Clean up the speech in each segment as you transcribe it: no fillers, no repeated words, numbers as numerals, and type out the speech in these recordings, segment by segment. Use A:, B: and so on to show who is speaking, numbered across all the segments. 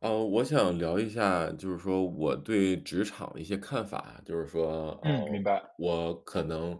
A: 我想聊一下，就是说我对职场的一些看法，就是说，
B: 嗯，明白。
A: 我可能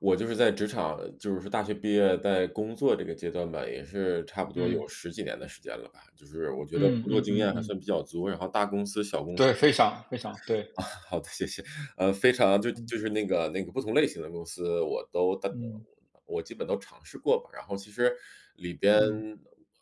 A: 我就是在职场，就是说大学毕业在工作这个阶段吧，也是差不多有
B: 嗯，
A: 十几年的时间了吧，就是我觉得
B: 嗯
A: 工作
B: 嗯
A: 经
B: 嗯
A: 验还
B: 嗯，
A: 算比较足，然后大公司、小公司
B: 对，非常非常对。
A: 啊，好的，谢谢。非常就
B: 嗯
A: 就是那个不同类型的公司，
B: 嗯
A: 我基本都尝试过吧。然后其实里边，
B: 嗯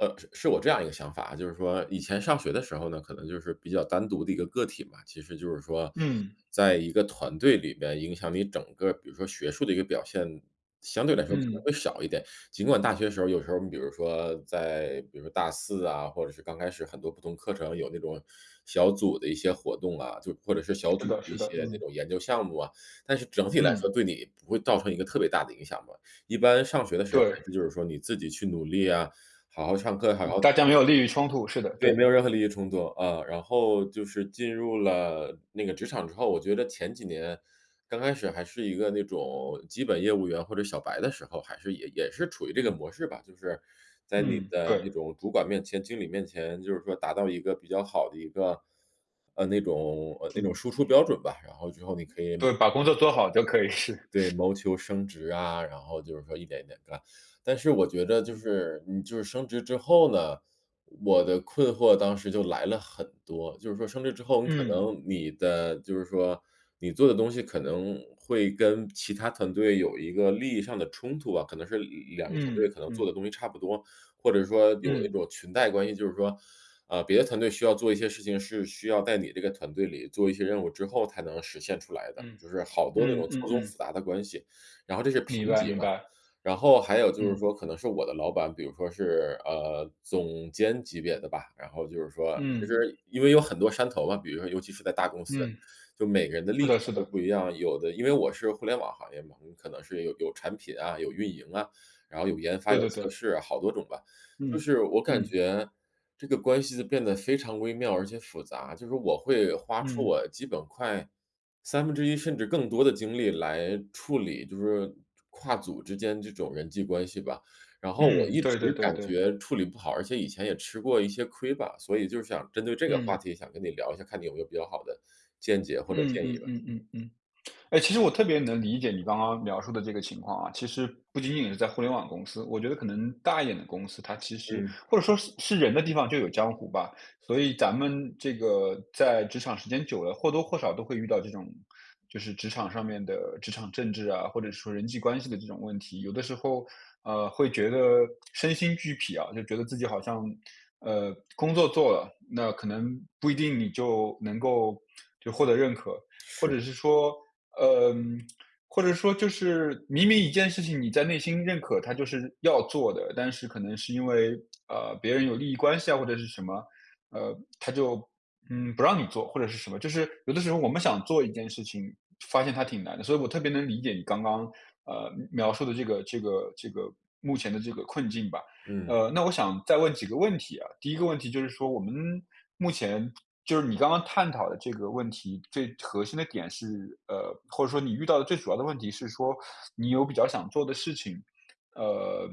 A: 是我这样一个想法啊，就是说以前上学的时候呢，可能就是比较单独的一个个体嘛，其实就是说，
B: 嗯
A: 在一个团队里边影响你整个，比如说学术的一个表现，相对来说可能
B: 嗯，
A: 会少一点。尽管大学时候有时候，你比如说比如说大四啊，或者是刚开始很多不同课程有那种小组的一些活动啊，就或者是小
B: 是
A: 组
B: 的
A: 的
B: 是
A: 一
B: 的，
A: 些那
B: 嗯
A: 种研究项目啊，但是整体来
B: 嗯，
A: 说对你不会造成一个特别大的影响吧。一般上学的时候
B: 对，
A: 还是就是说你自己去努力啊，好好上课，好好
B: 大家没有利益冲突，是的，
A: 对，
B: 对，
A: 没有任何利益冲突，啊。然后就是进入了那个职场之后，我觉得前几年刚开始还是一个那种基本业务员或者小白的时候，还是也是处于这个
B: 嗯
A: 模式吧。就是在你
B: 嗯，
A: 的
B: 对，
A: 那种主管面前、经理面前，就是说达到一个比较好的一个，那种那种
B: 嗯，
A: 输出标准吧，然后之后你可以
B: 对，把工作做好就可以，是，
A: 对，谋求升职啊，然后就是说一点一点干。但是我觉得就
B: 嗯
A: 是你就是升职之后呢，我的困惑当时就来了很多。就是说升职之后，你可
B: 嗯
A: 能你的就是说你做的东西可能会跟其他团队有一个利益上的冲突吧，可能是两个团
B: 嗯
A: 队可能做
B: 嗯
A: 的东西差不多，或者说有
B: 嗯
A: 那种裙带关系，就是说，别的团队需要做一些事情，是需要在你这个团队里做一些任务之后才能实现出来的，
B: 嗯
A: 就是好多那
B: 嗯
A: 种
B: 嗯
A: 错综
B: 嗯，
A: 复杂的关系，然后这是
B: 明
A: 评
B: 白
A: 级
B: 明
A: 嘛。
B: 白，
A: 然后还有就是
B: 嗯
A: 说可能是我的老板，比如说是，总监级别的吧，然后就是说其
B: 嗯
A: 实因为有很多山头嘛，比如说尤其是在大公司，
B: 嗯，
A: 就每个人的
B: 是
A: 立
B: 的
A: 场
B: 是
A: 都
B: 的，
A: 不一样，有的因为我是互联网行业嘛，你可能是有产品啊，有运营啊，然后有研发、
B: 对
A: 有
B: 对对，
A: 测试啊好多种吧。就
B: 嗯
A: 是我感
B: 嗯
A: 觉这个关系就变得非常微妙而且复杂，就是我会花出
B: 嗯
A: 我基本快三分之一甚至更多的精力来处理，就是跨组之间这种人际关系吧。然后我
B: 嗯，
A: 一直
B: 对对对
A: 感
B: 对，
A: 觉处理不好，而且以前也吃过一些亏吧，所以就是想针对这个话
B: 嗯
A: 题想跟你聊一下，看你有没有比较好的见解或者
B: 嗯
A: 建
B: 嗯
A: 议吧。
B: 嗯嗯嗯。哎，其实我特别能理解你刚刚描述的这个情况啊。其实不仅仅是在互联网公司，我觉得可能大一点的公司，它其实
A: 嗯，
B: 或者说是人的地方就有江湖吧。所以咱们这个在职场时间久了，或多或少都会遇到这种，就是职场上面的职场政治啊，或者说人际关系的这种问题。有的时候，会觉得身心俱疲啊，就觉得自己好像，工作做了，那可能不一定你就能够获得认可。或
A: 是，
B: 者是说，嗯，或者说就是明明一件事情你在内心认可它就是要做的，但是可能是因为，别人有利益关系啊，或者是什么，他就，嗯，不让你做，或者是什么。就是有的时候我们想做一件事情，发现它挺难的，所以我特别能理解你刚刚，描述的这个目前的这个困境吧。
A: 嗯。
B: 那我想再问几个问题啊。第一个问题就是说，我们目前就是你刚刚探讨的这个问题，最核心的点是，或者说你遇到的最主要的问题是说，你有比较想做的事情，呃，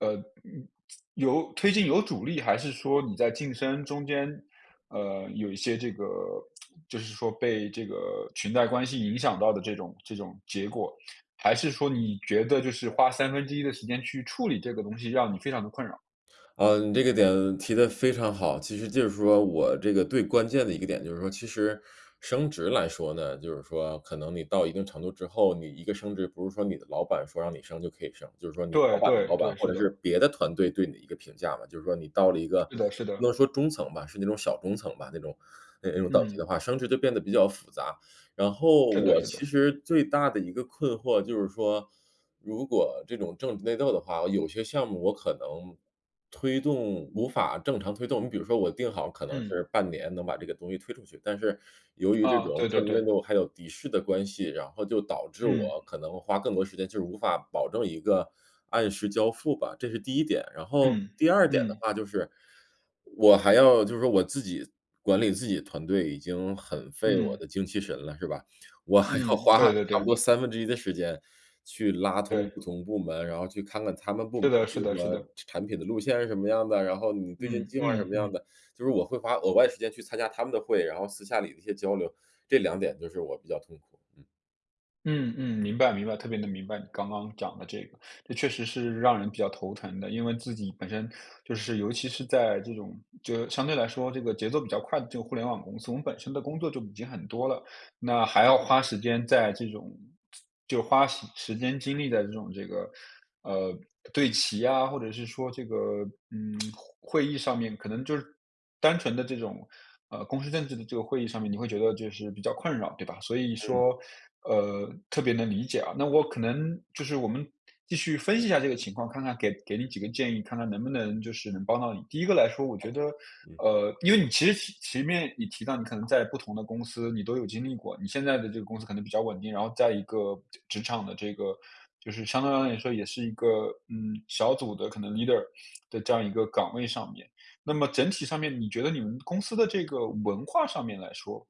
B: 呃，嗯有推进有阻力，还是说你在晋升中间，有一些这个，就是说被这个裙带关系影响到的这种结果？还是说你觉得就是花三分之一的时间去处理这个东西，让你非常的困扰？
A: 啊，你这个点提的非常好。其实就是说我这个最关键的一个点就是说，其实升职来说呢，就是说可能你到一定程度之后，你一个升职不是说你的老板说让你升就可以升，就是说你老
B: 对
A: 板的
B: 对
A: 老板
B: 对，
A: 或
B: 是
A: 者
B: 的，
A: 是别的团队对你的一个评价嘛，就是说你到了一个
B: 是的是
A: 不
B: 的，
A: 能说中层吧，是那种小中层吧，那种那种等级
B: 嗯，
A: 的话，升职就变得比较复杂。然后
B: 是的
A: 我
B: 是的，
A: 其实最大的一个困惑就是说，如果这种政治内斗的话，有些项目我可能无法正常推动。你比如说我定好可能
B: 嗯，
A: 是半年能把这个东西推出去，但是由于这
B: 啊，
A: 种
B: 对对
A: 政治
B: 对，
A: 内斗还有敌视的关系，然后就导致
B: 嗯，
A: 我可能花更多时间，就是无法保证一个按时交付吧，这是第一点。然后
B: 嗯，
A: 第二点的
B: 嗯，
A: 话就是我还要就是说我自己管理自己团队已经很费我
B: 嗯，
A: 的精气神了，是吧？我还要
B: 嗯，
A: 花
B: 对对
A: 差
B: 对，
A: 不多三分之一的时间去拉通不
B: 对，
A: 同部门，然后去看看他们部
B: 是
A: 门，
B: 的是
A: 比如
B: 的是的，
A: 说产品的路线是什么样的，然后你最近
B: 嗯，
A: 计划是什
B: 嗯
A: 么样
B: 嗯，
A: 的，就是我会花额外时间去参加他们的会，然后私下里的一些交流，这两点就是我比较痛苦。嗯，
B: 嗯嗯，明白明白，特别能明白你刚刚讲的这个，这确实是让人比较头疼的。因为自己本身就是尤其是在这种就相对来说这个节奏比较快的这个互联网公司，我们本身的工作就已经很多了，那还要花时间在这种就花时间精力在这种这个，呃，对齐啊，或者是说这个，嗯，会议上面，可能就是单纯的这种，公司政治的这个会议上面，你会觉得就是比较困扰，对吧？所以
A: 嗯。
B: 说，特别能理解啊。那我可能就是我们继续分析一下这个情况，看看给你几个建议，看看能不能就是能帮到你。第一个来说，我
A: 好
B: 觉
A: 的，
B: 得，
A: 嗯，
B: 因为你其实前面你提到你可能在不同的公司你都有经历过，你现在的这个公司可能比较稳定，然后在一个职场的这个就是相对来说也是一个小组的可能 leader 的这样一个岗位上面。那么整体上面，你觉得你们公司的这个文化上面来说？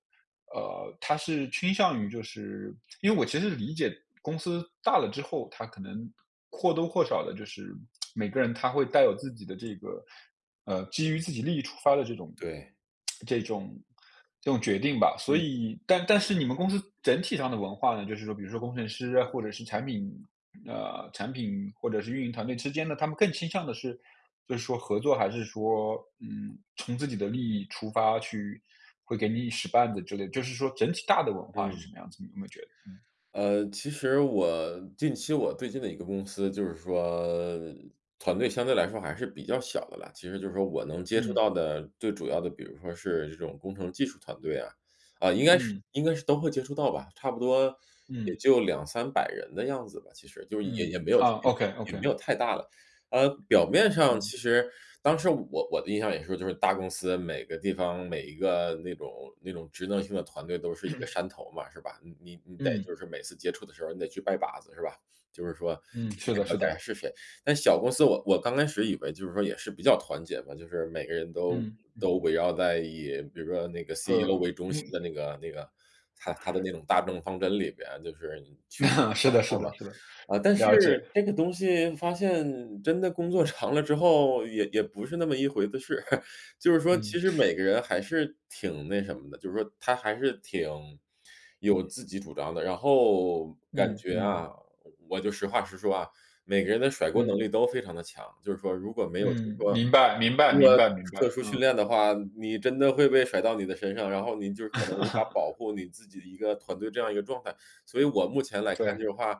B: 他是倾向于就是因为我其实理解公司大了之后，他可能或多或少的，就是每个人他会带有自己的这个，基于自己利益出发的
A: 对，
B: 这种这种决定吧。所
A: 嗯，
B: 以，但是你们公司整体上的文化呢，就是说，比如说工程师啊，或者是产品或者是运营团队之间呢，他们更倾向的是，就是说合作还是说，嗯，从自己的利益出发去，会给你一使绊子之类的，就是说整体大的文化是什
A: 嗯。
B: 么样子？你有没有觉得？
A: 其实我近期我最近的一个公司，就是说团队相对来说还是比较小的啦。其实就是说我能接触
B: 嗯
A: 到的最主要的，比如说是这种工程技术团队啊，啊，应该是
B: 嗯
A: 应该是都会接触到吧，差不多也
B: 嗯
A: 就两三百人的样子吧，其实就是也
B: 嗯，
A: 也没有
B: 啊
A: 也没
B: ，OK
A: 有也没
B: OK，
A: 有太大了。表面上
B: 嗯
A: 其实当时我的印象也是就是大公司每个地方每一个那种职能性的团队都是一个山头嘛，是吧？你得
B: 嗯
A: 就是每次接触的时候，你得去拜把子，是吧？就是说
B: 嗯，
A: 你
B: 是
A: 得
B: 的，
A: 了
B: 是
A: 解下
B: 的，
A: 是谁。但小公司我刚开始以为就是说也是比较团结嘛，就是每个人都
B: 嗯，
A: 都围绕在以比如说那个 CEO
B: 个
A: 为中
B: 嗯
A: 心的那个他的那种大政方针里边，就是你
B: 是的，
A: 这
B: 是
A: 样
B: 的，
A: 吧
B: 是的，
A: 啊，但是
B: 了解，
A: 这个东西发现真的工作长了之后，也不是那么一回子事。就是说
B: 嗯
A: 其实每个人还是挺那什么的，就是说他还是挺有自己主张的。然后感
B: 嗯
A: 觉
B: 嗯
A: 啊，我就实话实说啊，每个人的甩锅能
B: 嗯
A: 力都非常的强，就是说如果没有就是
B: 嗯，
A: 说
B: 明白明白
A: 如果
B: 明白明
A: 特
B: 白，
A: 殊训
B: 嗯，
A: 练的话，你真的会被甩到你的身上，然后你就是可能无法 保护你自己的一个团队这样一个状态。所以我目前来看就
B: 对，
A: 是话，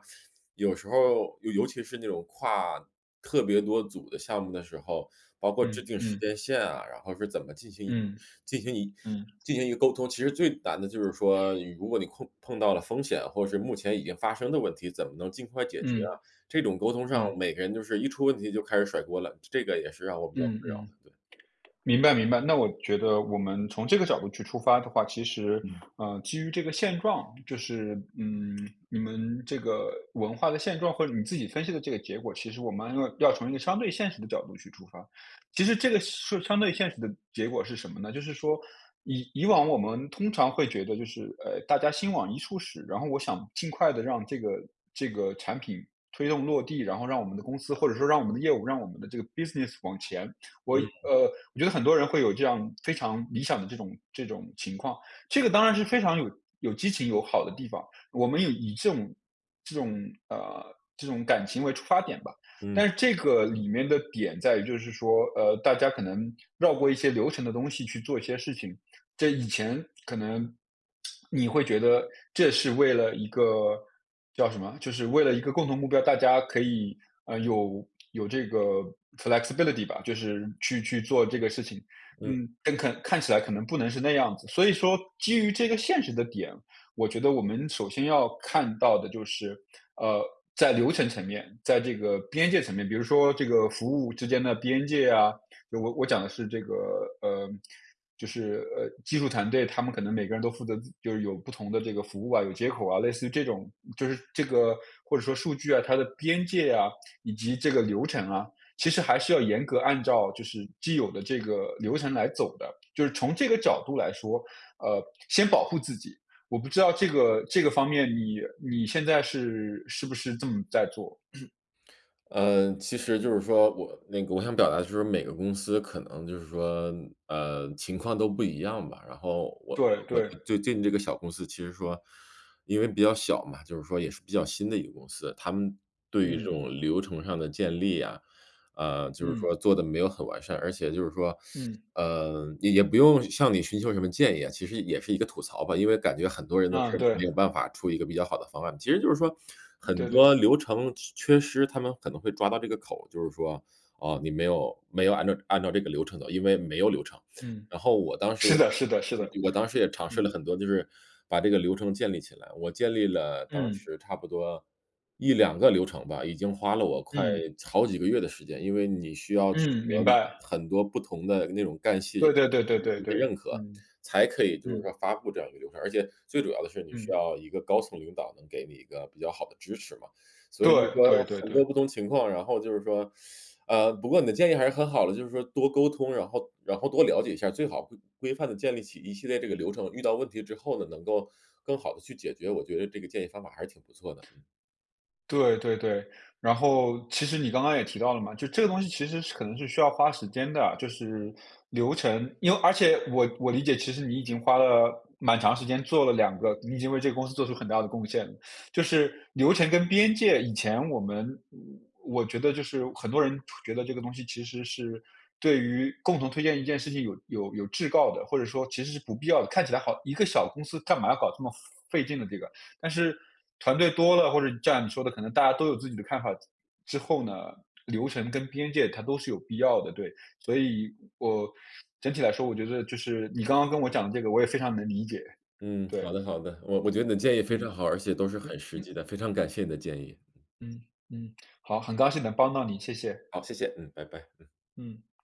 A: 有时候尤其是那种跨特别多组的项目的时候，包括制
B: 嗯
A: 定时
B: 嗯
A: 间线啊，然后是怎么进行
B: 嗯
A: 进行一
B: 嗯
A: 进行一个沟通，其实最难的就是说，如果你碰到了风险，或者是目前已经发生的问题，怎么能尽快解决
B: 嗯。
A: 啊？这种沟通
B: 嗯，
A: 上，每个人就是一出问题就开始甩锅了，这个也是让我比较
B: 嗯
A: 困扰
B: 嗯，
A: 的，对。
B: 明白明白。那我觉得我们从这个角度去出发的话，其实，
A: 嗯。
B: 基于这个现状，就是，嗯，你们这个文化的现状或者你自己分析的这个结果，其实我们要从一个相对现实的角度去出发。其实这个是相对现实的结果是什么呢？就是说，以往我们通常会觉得就是，大家心往一处使，然后我想尽快的让这个产品推动落地，然后让我们的公司或者说让我们的业务，让我们的这个 business 往前。我
A: 嗯
B: 呃，我觉得很多人会有这样非常理想的这种情况，这个当然是非常有激情、有好的地方。我们有以这种呃这种感情为出发点吧，
A: 嗯
B: 但是这个里面的点在于，就是说，大家可能绕过一些流程的东西去做一些事情。这以前可能你会觉得这是为了一个叫什么，就是为了一个共同目标，大家可以有这个 flexibility 吧，就是去做这个事情。
A: 嗯，
B: 嗯，但可看起来可能不能是那样子。所以说，基于这个现实的点，我觉得我们首先要看到的就是，呃，在流程层面，在这个边界层面，比如说这个服务之间的边界啊，就我讲的是这个呃，就是技术团队他们可能每个人都负责就是有不同的这个服务啊，有接口啊，类似于这种，就是这个或者说数据啊，它的边界啊，以及这个流程啊，其实还是要严格按照就是既有的这个流程来走的。就是从这个角度来说，呃，先保护自己，我不知道这个方面你现在是不是这么在做？
A: 其实就是说我那个我想表达就是每个公司可能就是说，情况都不一样吧。然后我
B: 对
A: 我
B: 对，
A: 最近这个小公司其实说，因为比较小嘛，就是说也是比较新的一个公司，他们对于这
B: 嗯
A: 种流程上的建立啊，就是
B: 嗯
A: 说做的没有很完善，而且就是说，
B: 嗯，
A: 也不用向你寻求什么建议啊，其实也是一个吐槽吧，因为感觉很多人都
B: 啊，
A: 是
B: 对
A: 没有办法出一个比较好的方案。其实就是说很
B: 对对，
A: 多流程缺失，他们可能会抓到这个口，就是说，哦，你没有按照这个流程走，因为没有流程。
B: 嗯，
A: 然后我当时
B: 是的，是的，是的，
A: 我当时也尝试了
B: 嗯
A: 很多，就是把这个流程建立起来。我建立了当
B: 嗯
A: 时差不多一两个流程吧，已经花了我快
B: 嗯
A: 好几个月的时间。因为你需要取
B: 嗯，
A: 得
B: 明白，
A: 很多不同的那种干系的
B: 对对对对对
A: 一些
B: 对，
A: 认可，
B: 嗯
A: 才可以就是
B: 嗯
A: 说发布这样一个流程。而且最主要的是你需
B: 嗯，
A: 要一个高层领导能给你一个比较好的支持嘛。所以就是
B: 对
A: 说
B: 对对
A: 很多不
B: 对。
A: 同情况，然后就是说，不过你的建议还是很好的，就是说多沟通，然后多了解一下，最好规范的建立起一系列这个流程，遇到问题之后呢，能够更好的去解决，我觉得这个建议方法还是挺不错的，嗯
B: 对对对，然后其实你刚刚也提到了嘛，就这个东西其实是可能是需要花时间的啊，就是流程，因为而且我理解，其实你已经花了蛮长时间做了两个，你已经为这个公司做出很大的贡献了。就是流程跟边界，以前我们我觉得就是很多人觉得这个东西其实是对于共同推荐一件事情有制告的，或者说其实是不必要的，看起来好一个小公司干嘛要搞这么费劲的这个。但是团队多了，或者像你说的，可能大家都有自己的看法之后呢，流程跟边界它都是有必要的，对。所以我整体来说，我觉得就是你刚刚跟我讲的这个，我也非常能理解。
A: 嗯，
B: 对，
A: 好的好的，我觉得你的建议非常
B: 嗯
A: 好，而且都是很
B: 嗯
A: 实
B: 嗯
A: 际的，非常感谢你的建议。
B: 嗯嗯，好，很高兴能帮到你，谢谢。
A: 好，谢谢，嗯，拜拜。
B: 嗯。